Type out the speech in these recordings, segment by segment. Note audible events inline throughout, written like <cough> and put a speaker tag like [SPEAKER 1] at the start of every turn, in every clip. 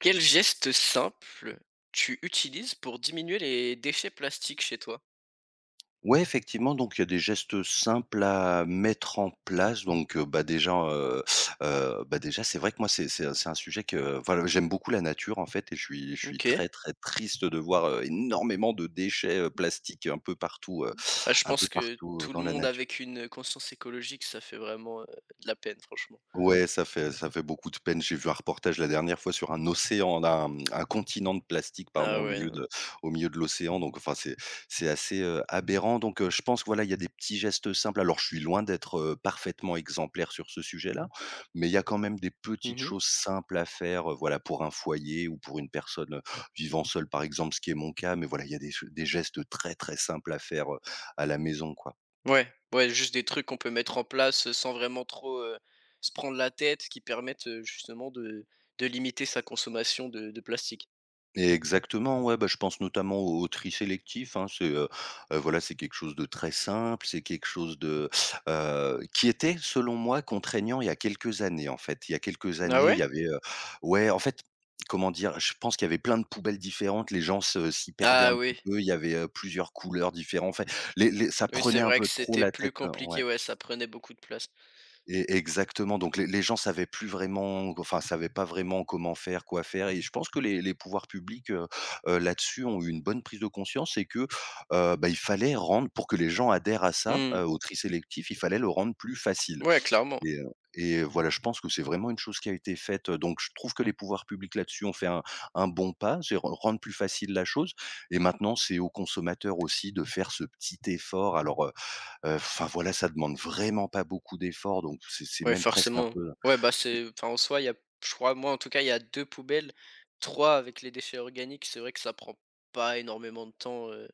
[SPEAKER 1] Quel geste simple tu utilises pour diminuer les déchets plastiques chez toi?
[SPEAKER 2] Ouais, effectivement, donc il y a des gestes simples à mettre en place. Déjà, c'est vrai que moi, c'est un sujet que voilà, j'aime beaucoup la nature, en fait et je suis
[SPEAKER 1] OK.
[SPEAKER 2] très, très triste de voir, énormément de déchets, plastiques
[SPEAKER 1] Ah, je
[SPEAKER 2] un peu
[SPEAKER 1] pense que
[SPEAKER 2] partout,
[SPEAKER 1] tout le
[SPEAKER 2] dans la
[SPEAKER 1] monde
[SPEAKER 2] nature.
[SPEAKER 1] avec une conscience écologique, ça fait vraiment, de la peine, franchement.
[SPEAKER 2] Ouais, ça fait beaucoup de peine. J'ai vu un reportage la dernière fois sur un océan, un continent de plastique, pardon,
[SPEAKER 1] Ah
[SPEAKER 2] au
[SPEAKER 1] ouais,
[SPEAKER 2] milieu
[SPEAKER 1] non.
[SPEAKER 2] de au milieu de l'océan, donc enfin, c'est assez, aberrant, donc je pense, que voilà, il y a des petits gestes simples. Alors, je suis loin d'être, parfaitement exemplaire sur ce sujet-là, mais il y a quand même des petites
[SPEAKER 1] Mmh.
[SPEAKER 2] choses simples à faire, voilà, pour un foyer ou pour une personne, vivant seule, par exemple, ce qui est mon cas, mais voilà, il y a des gestes très, très simples à faire, à la maison, quoi.
[SPEAKER 1] Ouais, ouais, juste des trucs qu'on peut mettre en place, sans vraiment trop, se prendre la tête, qui permettent, justement de limiter sa consommation de plastique.
[SPEAKER 2] Exactement, ouais, bah, je pense notamment au tri sélectif, hein. Voilà, c'est quelque chose de très simple, c'est quelque chose de, qui était selon moi contraignant il y a quelques années, en fait. Il y a quelques
[SPEAKER 1] Ah
[SPEAKER 2] années, il y
[SPEAKER 1] ouais?
[SPEAKER 2] avait, ouais, en fait, comment dire? Je pense qu'il y avait plein de poubelles différentes, les gens se s'y perdaient
[SPEAKER 1] Ah
[SPEAKER 2] un petit
[SPEAKER 1] oui,
[SPEAKER 2] peu, il y avait, plusieurs couleurs différentes, enfin, les ça
[SPEAKER 1] oui, c'est
[SPEAKER 2] prenait un
[SPEAKER 1] vrai
[SPEAKER 2] peu
[SPEAKER 1] que
[SPEAKER 2] trop
[SPEAKER 1] c'était
[SPEAKER 2] la
[SPEAKER 1] plus
[SPEAKER 2] tête, ouais.
[SPEAKER 1] compliqué, ouais, ça prenait beaucoup de place.
[SPEAKER 2] Et exactement, donc les gens savaient plus vraiment, enfin savaient pas vraiment comment faire, quoi faire et je pense que les pouvoirs publics, là-dessus ont eu une bonne prise de conscience et que, bah, il fallait rendre pour que les gens adhèrent à ça,
[SPEAKER 1] Mmh.
[SPEAKER 2] au tri sélectif, il fallait le rendre plus facile
[SPEAKER 1] Ouais, clairement.
[SPEAKER 2] et et voilà, je pense que c'est vraiment une chose qui a été faite, donc je trouve que les pouvoirs publics là-dessus ont fait un bon pas, c'est rendre plus facile la chose et maintenant c'est aux consommateurs aussi de faire ce petit effort. Enfin voilà, ça demande vraiment pas beaucoup d'efforts, donc c'est
[SPEAKER 1] Ouais,
[SPEAKER 2] même presque un
[SPEAKER 1] forcément.
[SPEAKER 2] peu.
[SPEAKER 1] Ouais, bah, c'est enfin, en soi, il y a, je crois, moi, en tout cas, il y a 2 poubelles, 3 avec les déchets organiques. C'est vrai que ça prend pas énormément de temps,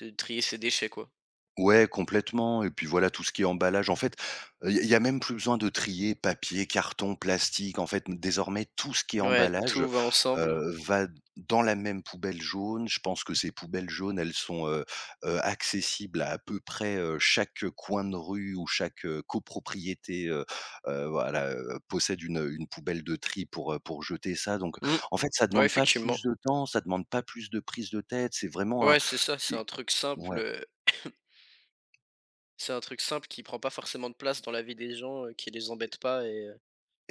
[SPEAKER 1] de trier ses déchets, quoi.
[SPEAKER 2] Ouais, complètement et puis voilà, tout ce qui est emballage en fait, il y a y a même plus besoin de trier papier, carton, plastique. En fait, désormais, tout ce qui est
[SPEAKER 1] Ouais,
[SPEAKER 2] emballage,
[SPEAKER 1] tout va ensemble.
[SPEAKER 2] va dans la même poubelle jaune. Je pense que ces poubelles jaunes, elles sont, accessibles à peu près, chaque coin de rue ou chaque, copropriété, voilà, possède une poubelle de tri pour jeter ça donc
[SPEAKER 1] Mmh.
[SPEAKER 2] en fait, ça
[SPEAKER 1] Ouais,
[SPEAKER 2] demande pas
[SPEAKER 1] effectivement.
[SPEAKER 2] plus de temps, ça demande pas plus de prise de tête. C'est vraiment un.
[SPEAKER 1] Ouais, c'est ça, c'est un truc simple,
[SPEAKER 2] Ouais.
[SPEAKER 1] c'est un truc simple qui prend pas forcément de place dans la vie des gens, qui les embête pas et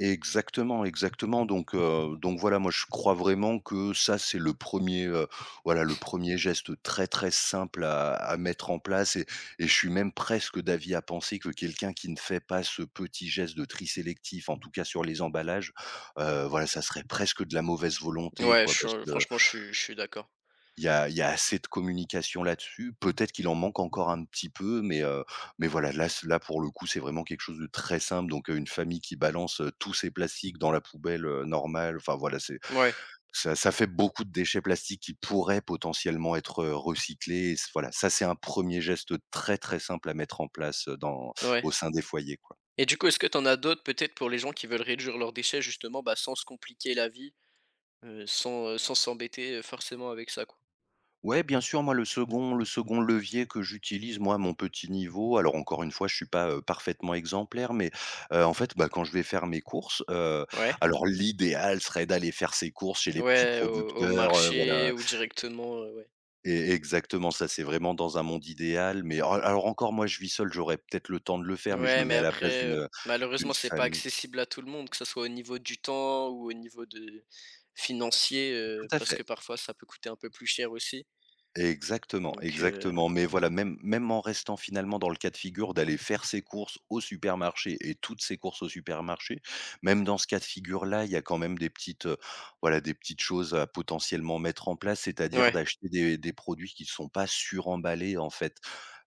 [SPEAKER 2] Exactement, exactement. Donc voilà, moi je crois vraiment que ça, c'est le premier, er voilà, le premier geste très, très simple à mettre en place et je suis même presque d'avis à penser que quelqu'un qui ne fait pas ce petit geste de tri sélectif, en tout cas sur les emballages, voilà, ça serait presque de la mauvaise volonté,
[SPEAKER 1] ouais, je
[SPEAKER 2] quoi, parce
[SPEAKER 1] suis
[SPEAKER 2] que
[SPEAKER 1] franchement, je suis d'accord.
[SPEAKER 2] il y a assez de communication là-dessus. Peut-être qu'il en manque encore un petit peu, mais voilà, là pour le coup, c'est vraiment quelque chose de très simple, donc une famille qui balance, tous ses plastiques dans la poubelle, normale, enfin voilà, c'est
[SPEAKER 1] Ouais,
[SPEAKER 2] ça fait beaucoup de déchets plastiques qui pourraient potentiellement être, recyclés et c voilà, ça c'est un premier geste très, très simple à mettre en place, dans
[SPEAKER 1] ouais,
[SPEAKER 2] au sein des foyers, quoi.
[SPEAKER 1] et du coup, est-ce que t'en as d'autres peut-être pour les gens qui veulent réduire leurs déchets justement, bah, sans se compliquer la vie? Sans, sans s'embêter forcément avec ça, quoi.
[SPEAKER 2] Ouais, bien sûr, moi, le second levier que j'utilise, moi, à mon petit niveau alors encore une fois, je suis pas, parfaitement exemplaire, mais, en fait, bah, quand je vais faire mes courses,
[SPEAKER 1] Ouais.
[SPEAKER 2] alors l'idéal serait d'aller faire ses courses chez les petits
[SPEAKER 1] Ouais, au au
[SPEAKER 2] producteurs, voilà
[SPEAKER 1] marché ou directement, ouais.
[SPEAKER 2] et exactement, ça, c'est vraiment dans un monde idéal, mais alors encore, moi, je vis seul, j'aurais peut-être le temps de le faire, mais je me
[SPEAKER 1] Ouais, mais
[SPEAKER 2] mets à la place
[SPEAKER 1] après,
[SPEAKER 2] d'une, d'une
[SPEAKER 1] malheureusement, c'est pas
[SPEAKER 2] famille.
[SPEAKER 1] accessible à tout le monde, que ça soit au niveau du temps ou au niveau de financier,
[SPEAKER 2] Tout à
[SPEAKER 1] parce
[SPEAKER 2] fait.
[SPEAKER 1] que parfois ça peut coûter un peu plus cher aussi.
[SPEAKER 2] Exactement,
[SPEAKER 1] Donc, heu,
[SPEAKER 2] exactement. Mais voilà, même même en restant finalement dans le cas de figure d'aller faire ses courses au supermarché et toutes ses courses au supermarché, même dans ce cas de figure-là, il y a quand même des petites, voilà, des petites choses à potentiellement mettre en place, c'est-à-dire
[SPEAKER 1] ouais.
[SPEAKER 2] d'acheter des produits qui ne sont pas suremballés, en fait.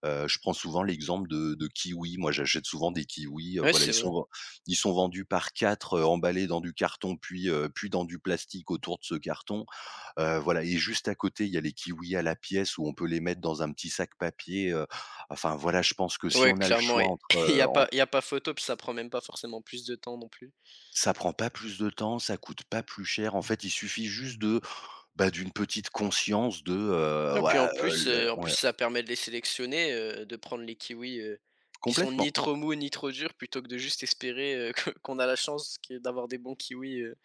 [SPEAKER 2] Je prends souvent l'exemple de kiwis. Moi, j'achète souvent des kiwis,
[SPEAKER 1] Ouais,
[SPEAKER 2] voilà, ils
[SPEAKER 1] c'est vrai.
[SPEAKER 2] sont ils sont vendus par 4 emballés dans du carton, puis, puis dans du plastique autour de ce carton. Voilà et juste à côté, il y a les kiwis à la pièce où on peut les mettre dans un petit sac papier, enfin voilà, je pense que si
[SPEAKER 1] Ouais,
[SPEAKER 2] on a le
[SPEAKER 1] clairement,
[SPEAKER 2] choix
[SPEAKER 1] et
[SPEAKER 2] entre,
[SPEAKER 1] <laughs> il y a
[SPEAKER 2] en
[SPEAKER 1] pas il y a pas photo, puis ça prend même pas forcément plus de temps non plus.
[SPEAKER 2] ça prend pas plus de temps, ça coûte pas plus cher. En fait, il suffit juste de, bah, d'une petite conscience de,
[SPEAKER 1] Ah, puis
[SPEAKER 2] voilà, le
[SPEAKER 1] en plus
[SPEAKER 2] ouais,
[SPEAKER 1] ça permet de les sélectionner, de prendre les kiwis, qui sont ni
[SPEAKER 2] complètement.
[SPEAKER 1] trop mous, ni trop durs, plutôt que de juste espérer, que qu'on a la chance que d'avoir des bons kiwis,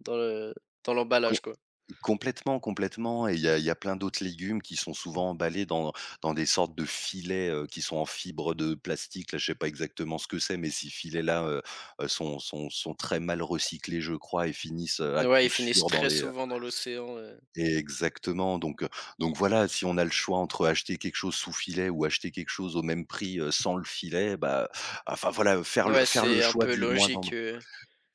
[SPEAKER 1] dans le dans l'emballage, quoi.
[SPEAKER 2] Complètement, complètement et il y a plein d'autres légumes qui sont souvent emballés dans dans des sortes de filets, qui sont en fibre de plastique là, je sais pas exactement ce que c'est, mais ces filets là, sont très mal recyclés, je crois et finissent, à
[SPEAKER 1] Ouais,
[SPEAKER 2] coup
[SPEAKER 1] ils finissent
[SPEAKER 2] sûr dans
[SPEAKER 1] très
[SPEAKER 2] les,
[SPEAKER 1] souvent dans l'océan,
[SPEAKER 2] exactement donc donc voilà, si on a le choix entre acheter quelque chose sous filet ou acheter quelque chose au même prix, sans le filet, bah, enfin voilà, faire le
[SPEAKER 1] ouais,
[SPEAKER 2] faire le
[SPEAKER 1] c'est un
[SPEAKER 2] choix
[SPEAKER 1] peu
[SPEAKER 2] du moindre
[SPEAKER 1] logique,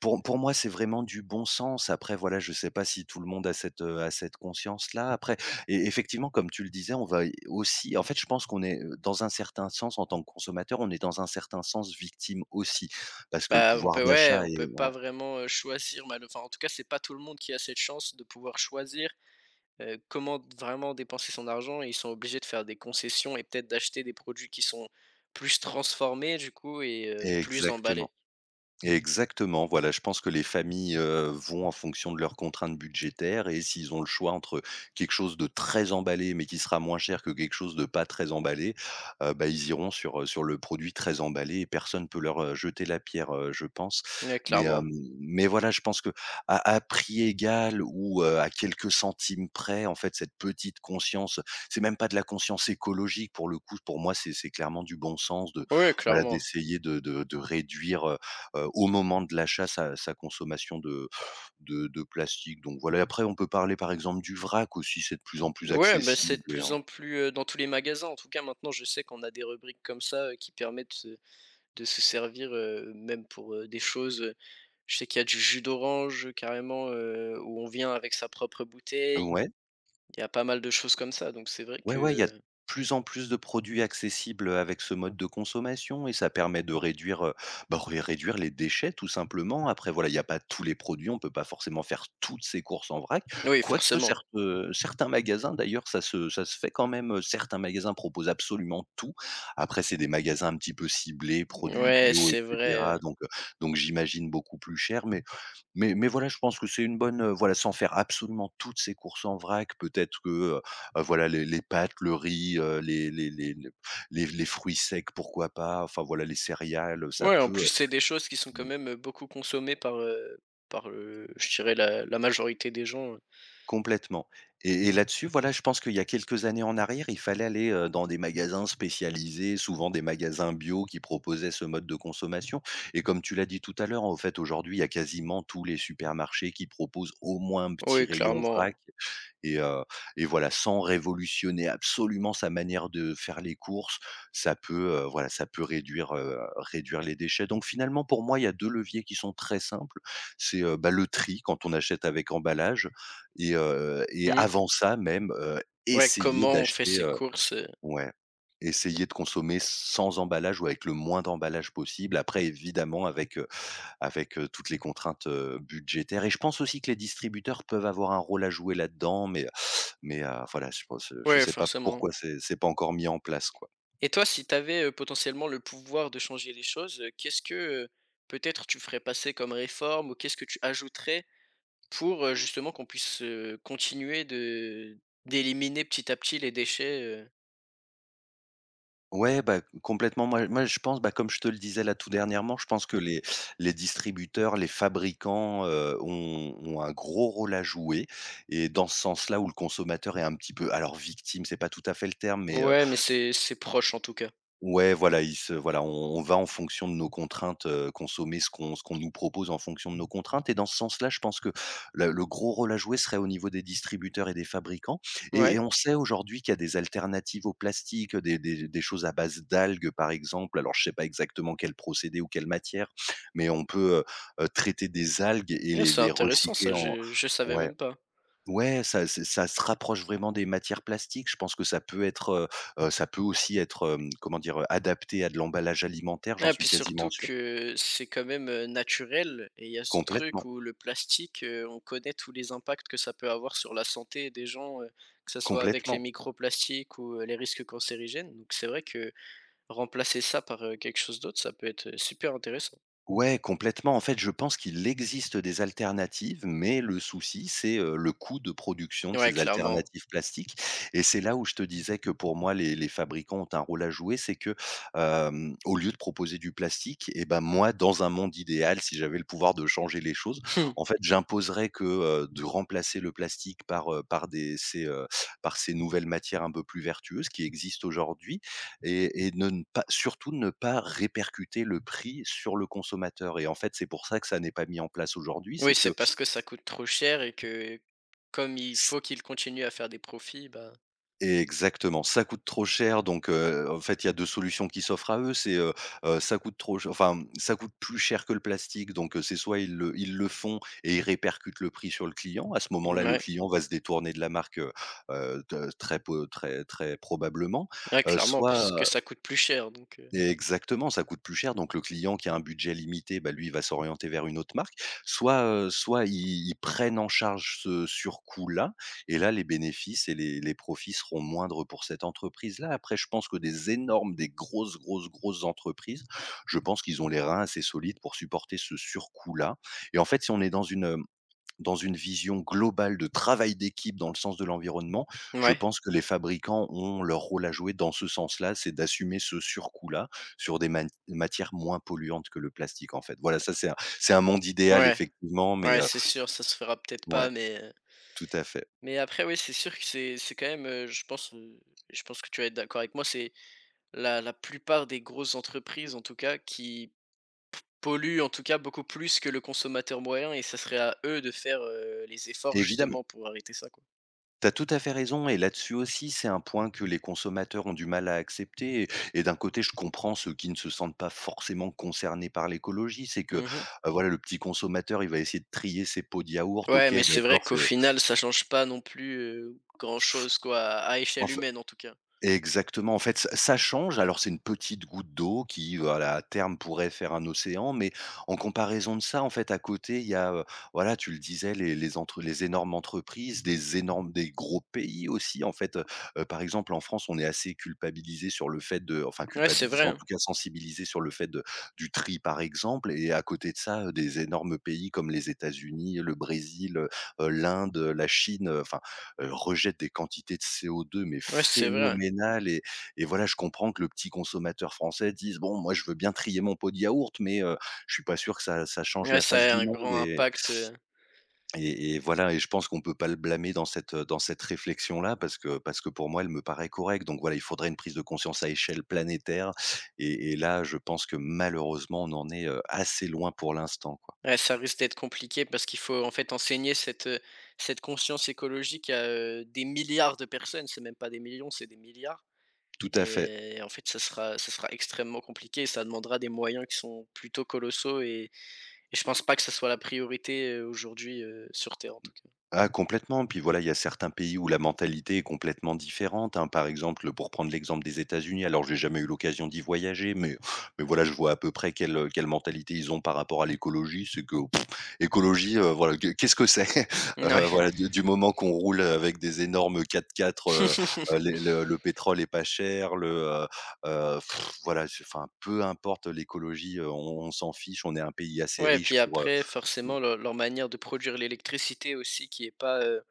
[SPEAKER 2] pour moi, c'est vraiment du bon sens. Après, voilà, je sais pas si tout le monde a cette conscience-là. Après, et effectivement, comme tu le disais, on va aussi en fait, je pense qu'on est, dans un certain sens, en tant que consommateur, on est dans un certain sens victime aussi, parce que le
[SPEAKER 1] bah, on
[SPEAKER 2] pouvoir
[SPEAKER 1] peut ouais,
[SPEAKER 2] d'achat
[SPEAKER 1] on
[SPEAKER 2] est
[SPEAKER 1] peut pas
[SPEAKER 2] ouais,
[SPEAKER 1] vraiment, choisir mal enfin, en tout cas, c'est pas tout le monde qui a cette chance de pouvoir choisir comment vraiment dépenser son argent, et ils sont obligés de faire des concessions et peut-être d'acheter des produits qui sont plus transformés du coup et plus
[SPEAKER 2] exactement.
[SPEAKER 1] emballés.
[SPEAKER 2] Exactement, voilà, je pense que les familles, vont en fonction de leurs contraintes budgétaires et s'ils ont le choix entre quelque chose de très emballé, mais qui sera moins cher que quelque chose de pas très emballé, bah, ils iront sur, sur le produit très emballé et personne peut leur, jeter la pierre, je pense.
[SPEAKER 1] Ouais,
[SPEAKER 2] Mais, hem,
[SPEAKER 1] clairement.
[SPEAKER 2] mais voilà, je pense que à prix égal ou, à quelques centimes près, en fait, cette petite conscience, c'est même pas de la conscience écologique pour le coup, pour moi, c'est clairement du bon sens de,
[SPEAKER 1] Ouais,
[SPEAKER 2] voilà,
[SPEAKER 1] clairement.
[SPEAKER 2] d'essayer de réduire, au moment de l'achat sa consommation de de plastique donc voilà après on peut parler par exemple du vrac aussi, c'est de plus en plus
[SPEAKER 1] Ouais, bah, c'est
[SPEAKER 2] accessible
[SPEAKER 1] de
[SPEAKER 2] et
[SPEAKER 1] plus
[SPEAKER 2] en
[SPEAKER 1] en plus, dans tous les magasins. En tout cas, maintenant, je sais qu'on a des rubriques comme ça, qui permettent, de se servir, même pour, des choses, je sais qu'il y a du jus d'orange, carrément, où on vient avec sa propre bouteille.
[SPEAKER 2] ouais?
[SPEAKER 1] Il y a pas mal de choses comme ça, donc c'est vrai
[SPEAKER 2] Ouais,
[SPEAKER 1] que,
[SPEAKER 2] ouais, il y a de
[SPEAKER 1] heu
[SPEAKER 2] plus en plus de produits accessibles avec ce mode de consommation et ça permet de réduire, bah, ré réduire les déchets tout simplement. Après voilà, il y a pas tous les produits, on peut pas forcément faire toutes ces courses en vrac.
[SPEAKER 1] oui,
[SPEAKER 2] Quoique
[SPEAKER 1] forcément.
[SPEAKER 2] certes, certains magasins d'ailleurs, ça se fait quand même, certains magasins proposent absolument tout. Après c'est des magasins un petit peu ciblés, produits
[SPEAKER 1] Ouais,
[SPEAKER 2] bio et
[SPEAKER 1] c'est
[SPEAKER 2] cetera
[SPEAKER 1] vrai.
[SPEAKER 2] donc donc j'imagine beaucoup plus cher mais voilà, je pense que c'est une bonne, voilà, sans faire absolument toutes ces courses en vrac, peut-être que, heu voilà, les pâtes, le riz, les fruits secs, pourquoi pas, enfin voilà, les céréales, ça
[SPEAKER 1] Ouais, en
[SPEAKER 2] peut,
[SPEAKER 1] plus, c'est des choses qui sont quand
[SPEAKER 2] mmh,
[SPEAKER 1] même beaucoup consommées par, par, je dirais la la majorité des gens.
[SPEAKER 2] complètement et là-dessus, voilà, je pense qu'il y a quelques années en arrière, il fallait aller, dans des magasins spécialisés, souvent des magasins bio qui proposaient ce mode de consommation et comme tu l'as dit tout à l'heure, en fait, aujourd'hui, il y a quasiment tous les supermarchés qui proposent au moins un petit
[SPEAKER 1] Oui,
[SPEAKER 2] rayon vrac.
[SPEAKER 1] clairement.
[SPEAKER 2] Et et voilà, sans révolutionner absolument sa manière de faire les courses, ça peut, voilà, ça peut réduire, réduire les déchets. Donc finalement, pour moi, il y a 2 leviers qui sont très simples. Bah, le tri quand on achète avec emballage et et
[SPEAKER 1] Mmh.
[SPEAKER 2] avant ça même,
[SPEAKER 1] Ouais,
[SPEAKER 2] essayer
[SPEAKER 1] comment on fait
[SPEAKER 2] d'acheter,
[SPEAKER 1] ses courses,
[SPEAKER 2] ouais, essayer de consommer sans emballage ou avec le moins d'emballage possible. Après évidemment avec, avec, toutes les contraintes, budgétaires et je pense aussi que les distributeurs peuvent avoir un rôle à jouer là-dedans mais mais voilà, je pense, je
[SPEAKER 1] ouais,
[SPEAKER 2] sais pas
[SPEAKER 1] forcément.
[SPEAKER 2] pourquoi c'est pas encore mis en place, quoi.
[SPEAKER 1] Et toi, si tu avais potentiellement le pouvoir de changer les choses, qu'est-ce que, heu, peut-être tu ferais passer comme réforme, ou qu'est-ce que tu ajouterais pour, justement qu'on puisse, continuer de d'éliminer petit à petit les déchets,
[SPEAKER 2] Ouais, bah, complètement, moi je pense, bah, comme je te le disais là tout dernièrement, je pense que les distributeurs, les fabricants, ont un gros rôle à jouer et dans ce sens-là où le consommateur est un petit peu alors victime, c'est pas tout à fait le terme, mais,
[SPEAKER 1] Ouais, mais c'est proche en tout cas.
[SPEAKER 2] ouais, voilà, il se voilà, on va en fonction de nos contraintes, consommer ce qu'on nous propose en fonction de nos contraintes et dans ce sens-là, je pense que le gros rôle à jouer serait au niveau des distributeurs et des fabricants et
[SPEAKER 1] Ouais.
[SPEAKER 2] on sait aujourd'hui qu'il y a des alternatives au plastique, des choses à base d'algues, par exemple. Alors, je sais pas exactement quel procédé ou quelle matière, mais on peut, traiter des algues et
[SPEAKER 1] Ah,
[SPEAKER 2] les
[SPEAKER 1] c'est
[SPEAKER 2] les
[SPEAKER 1] intéressant
[SPEAKER 2] recycler
[SPEAKER 1] ça,
[SPEAKER 2] en
[SPEAKER 1] je savais
[SPEAKER 2] ouais.
[SPEAKER 1] même pas.
[SPEAKER 2] Ouais, ça c'est ça se rapproche vraiment des matières plastiques. Je pense que ça peut être, ça peut aussi être, comment dire? Adapté à de l'emballage alimentaire, j'en
[SPEAKER 1] Ah,
[SPEAKER 2] suis
[SPEAKER 1] puis
[SPEAKER 2] quasiment
[SPEAKER 1] surtout
[SPEAKER 2] sûr.
[SPEAKER 1] que c'est quand même, naturel, et il y a ce truc
[SPEAKER 2] Complètement,
[SPEAKER 1] où le plastique, on connaît tous les impacts que ça peut avoir sur la santé des gens, que ça soit avec les
[SPEAKER 2] complètement.
[SPEAKER 1] microplastiques ou, les risques cancérigènes. Donc c'est vrai que remplacer ça par, quelque chose d'autre, ça peut être, super intéressant.
[SPEAKER 2] Ouais, complètement. En fait, je pense qu'il existe des alternatives, mais le souci, c'est, le coût de production de
[SPEAKER 1] Ouais,
[SPEAKER 2] ces
[SPEAKER 1] clairement.
[SPEAKER 2] alternatives plastiques et c'est là où je te disais que pour moi les fabricants ont un rôle à jouer. C'est que, au lieu de proposer du plastique et ben, moi, dans un monde idéal, si j'avais le pouvoir de changer les choses, en
[SPEAKER 1] <laughs>
[SPEAKER 2] fait, j'imposerais de remplacer le plastique par, par ces nouvelles matières un peu plus vertueuses qui existent aujourd'hui et ne pas surtout ne pas répercuter le prix sur le consommateur et en fait, c'est pour ça que ça n'est pas mis en place aujourd'hui, c'est
[SPEAKER 1] Oui, c'est
[SPEAKER 2] que
[SPEAKER 1] parce que ça coûte trop cher et que comme il
[SPEAKER 2] s
[SPEAKER 1] faut qu'ils continuent à faire des profits, bah,
[SPEAKER 2] exactement, ça coûte trop cher donc en fait, il y a 2 solutions qui s'offrent à eux, c'est, ça coûte trop ch enfin, ça coûte plus cher que le plastique donc c'est soit ils le font et ils répercutent le prix sur le client. À ce moment-là, le
[SPEAKER 1] ouais.
[SPEAKER 2] client va se détourner de la marque, de très peu très très probablement,
[SPEAKER 1] Ouais, clairement,
[SPEAKER 2] soit
[SPEAKER 1] parce que ça coûte plus cher donc,
[SPEAKER 2] exactement, ça coûte plus cher, donc le client qui a un budget limité, bah, lui, il va s'orienter vers une autre marque. Soit, soit ils prennent en charge ce surcoût-là et là, les bénéfices et les profits seront moindres pour cette entreprise-là. Après, je pense que des énormes, des grosses, grosses, grosses entreprises, je pense qu'ils ont les reins assez solides pour supporter ce surcoût-là et en fait, si on est dans une vision globale de travail d'équipe dans le sens de l'environnement, je
[SPEAKER 1] ouais,
[SPEAKER 2] pense que les fabricants ont leur rôle à jouer dans ce sens-là, c'est d'assumer ce surcoût-là sur des man matières moins polluantes que le plastique, en fait. Voilà, ça c'est un monde idéal
[SPEAKER 1] ouais,
[SPEAKER 2] effectivement, mais
[SPEAKER 1] ouais, c'est sûr, ça se fera peut-être pas
[SPEAKER 2] ouais,
[SPEAKER 1] mais,
[SPEAKER 2] tout à fait.
[SPEAKER 1] mais après, oui, c'est sûr que c'est quand même, je pense que tu vas être d'accord avec moi, c'est la la plupart des grosses entreprises, en tout cas, qui polluent, en tout cas, beaucoup plus que le consommateur moyen, et ça serait à eux de faire, les efforts,
[SPEAKER 2] Évidemment,
[SPEAKER 1] justement, pour arrêter ça, quoi.
[SPEAKER 2] t'as tout à fait raison et là-dessus aussi, c'est un point que les consommateurs ont du mal à accepter et d'un côté, je comprends ceux qui ne se sentent pas forcément concernés par l'écologie. C'est que,
[SPEAKER 1] Mmh.
[SPEAKER 2] voilà, le petit consommateur, il va essayer de trier ses pots de yaourt.
[SPEAKER 1] Ouais,
[SPEAKER 2] OK,
[SPEAKER 1] mais c'est vrai
[SPEAKER 2] d'accord.
[SPEAKER 1] qu'au final, ça change pas non plus, grand-chose, quoi, à
[SPEAKER 2] En
[SPEAKER 1] échelle
[SPEAKER 2] fait
[SPEAKER 1] humaine, en tout cas.
[SPEAKER 2] exactement, en fait, ç ça change. Alors c'est une petite goutte d'eau qui, voilà, à terme pourrait faire un océan, mais en comparaison de ça, en fait, à côté, il y a, voilà, tu le disais, les énormes entreprises, des gros pays aussi, en fait, par exemple, en France, on est assez culpabilisé sur le fait de
[SPEAKER 1] Ouais, c'est
[SPEAKER 2] culpabilisé,
[SPEAKER 1] vrai,
[SPEAKER 2] en
[SPEAKER 1] hein.
[SPEAKER 2] tout cas sensibilisé sur le fait de du tri, par exemple et à côté de ça, des énormes pays comme les États-Unis, le Brésil, l'Inde, la Chine, rejette des quantités de CO2 mais
[SPEAKER 1] Ouais, c'est vrai.
[SPEAKER 2] phénoménales et voilà, je comprends que le petit consommateur français dise: «Bon, moi, je veux bien trier mon pot de yaourt, mais je suis pas sûr que ça change
[SPEAKER 1] Ouais,
[SPEAKER 2] la face
[SPEAKER 1] ça a
[SPEAKER 2] du
[SPEAKER 1] un
[SPEAKER 2] monde»
[SPEAKER 1] grand
[SPEAKER 2] et
[SPEAKER 1] impact,
[SPEAKER 2] et et voilà et je pense qu'on peut pas le blâmer dans cette réflexion-là parce que pour moi, elle me paraît correcte. Donc voilà, il faudrait une prise de conscience à échelle planétaire et là, je pense que malheureusement, on en est, assez loin pour l'instant, quoi.
[SPEAKER 1] Ouais, ça risque d'être compliqué parce qu'il faut en fait enseigner cette, cette conscience écologique à, des milliards de personnes. C'est même pas des millions, c'est des milliards,
[SPEAKER 2] Tout à fait.
[SPEAKER 1] et en fait, ça sera extrêmement compliqué, ça demandera des moyens qui sont plutôt colossaux, et je pense pas que ça soit la priorité, aujourd'hui, sur Terre en tout cas.
[SPEAKER 2] Ah complètement, puis voilà, il y a certains pays où la mentalité est complètement différente, hein. Par exemple, pour prendre l'exemple des États-Unis, alors j'ai jamais eu l'occasion d'y voyager, mais voilà, je vois à peu près quelle, quelle mentalité ils ont par rapport à l'écologie. C'est que pff, écologie, voilà, qu'est-ce que c'est? <laughs>
[SPEAKER 1] Ouais.
[SPEAKER 2] Voilà, du moment qu'on roule avec des énormes 4x4, les
[SPEAKER 1] <laughs>
[SPEAKER 2] le pétrole est pas cher, le, heu, voilà, c'est enfin, peu importe l'écologie, on s'en fiche, on est un pays assez
[SPEAKER 1] Ouais, et
[SPEAKER 2] riche
[SPEAKER 1] puis
[SPEAKER 2] pour,
[SPEAKER 1] après forcément leur leur manière de produire l'électricité aussi qui est pas, heu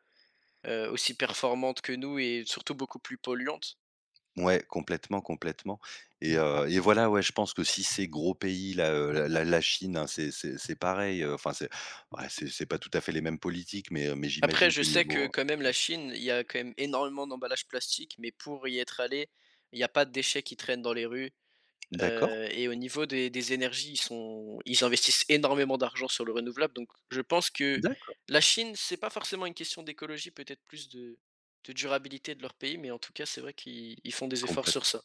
[SPEAKER 1] heu, aussi performante que nous et surtout beaucoup plus polluante.
[SPEAKER 2] ouais, complètement, complètement et voilà, ouais, je pense que si ces gros pays là, la Chine, hein, c'est pareil, c'est ouais, c'est pas tout à fait les mêmes politiques, mais
[SPEAKER 1] Après,
[SPEAKER 2] j'imagine
[SPEAKER 1] je
[SPEAKER 2] que
[SPEAKER 1] sais que
[SPEAKER 2] niveau
[SPEAKER 1] quand même
[SPEAKER 2] mmh,
[SPEAKER 1] la Chine, il y a quand même énormément d'emballages plastiques, mais pour y être allé, il y a pas de déchets qui traînent dans les rues,
[SPEAKER 2] d'accord,
[SPEAKER 1] et au niveau des énergies, ils investissent énormément d'argent sur le renouvelable, donc je pense que
[SPEAKER 2] d'accord,
[SPEAKER 1] la Chine, c'est pas forcément une question d'écologie, peut-être plus de durabilité de leur pays, mais en tout cas, c'est vrai qu'ils ils font des efforts
[SPEAKER 2] complètement.
[SPEAKER 1] sur ça.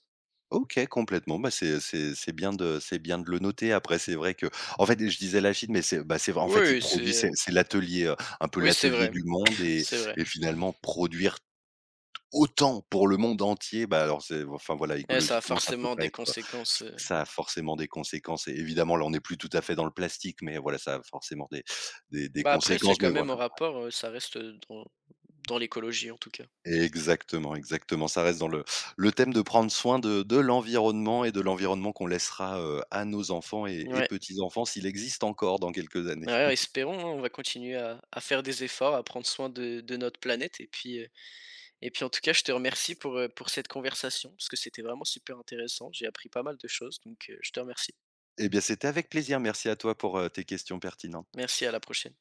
[SPEAKER 2] OK, complètement, bah, c'est bien de le noter. Après c'est vrai que en fait, je disais la Chine, mais c'est bah, c'est vrai, en fait, ils
[SPEAKER 1] Oui,
[SPEAKER 2] produisent,
[SPEAKER 1] c'est
[SPEAKER 2] c'est l'atelier, un peu
[SPEAKER 1] oui, c'est
[SPEAKER 2] l'atelier
[SPEAKER 1] vrai,
[SPEAKER 2] du monde
[SPEAKER 1] <laughs> c'est vrai.
[SPEAKER 2] et finalement produire autant pour le monde entier, bah, alors c'est enfin voilà,
[SPEAKER 1] Et ça a
[SPEAKER 2] écologiquement, ça peut
[SPEAKER 1] forcément
[SPEAKER 2] pas
[SPEAKER 1] des
[SPEAKER 2] être,
[SPEAKER 1] conséquences,
[SPEAKER 2] ça a forcément des conséquences et évidemment, là, on n'est plus tout à fait dans le plastique, mais voilà, ça a forcément des
[SPEAKER 1] bah, après, c'est
[SPEAKER 2] conséquences, mais
[SPEAKER 1] quand
[SPEAKER 2] voilà.
[SPEAKER 1] même en rapport, ça reste, dans dans l'écologie, en tout cas.
[SPEAKER 2] Exactement, exactement, ça reste dans le thème de prendre soin de l'environnement et de l'environnement qu'on laissera, à nos enfants et
[SPEAKER 1] Ouais.
[SPEAKER 2] petits-enfants s'il existe encore dans quelques années.
[SPEAKER 1] Ouais,
[SPEAKER 2] <laughs>
[SPEAKER 1] espérons, hein, on va continuer à faire des efforts, à prendre soin de notre planète. Et puis, en tout cas, je te remercie pour cette conversation, parce que c'était vraiment super intéressant. J'ai appris pas mal de choses, donc je te remercie.
[SPEAKER 2] Eh bien, c'était avec plaisir. Merci à toi pour, tes questions pertinentes.
[SPEAKER 1] Merci, à la prochaine.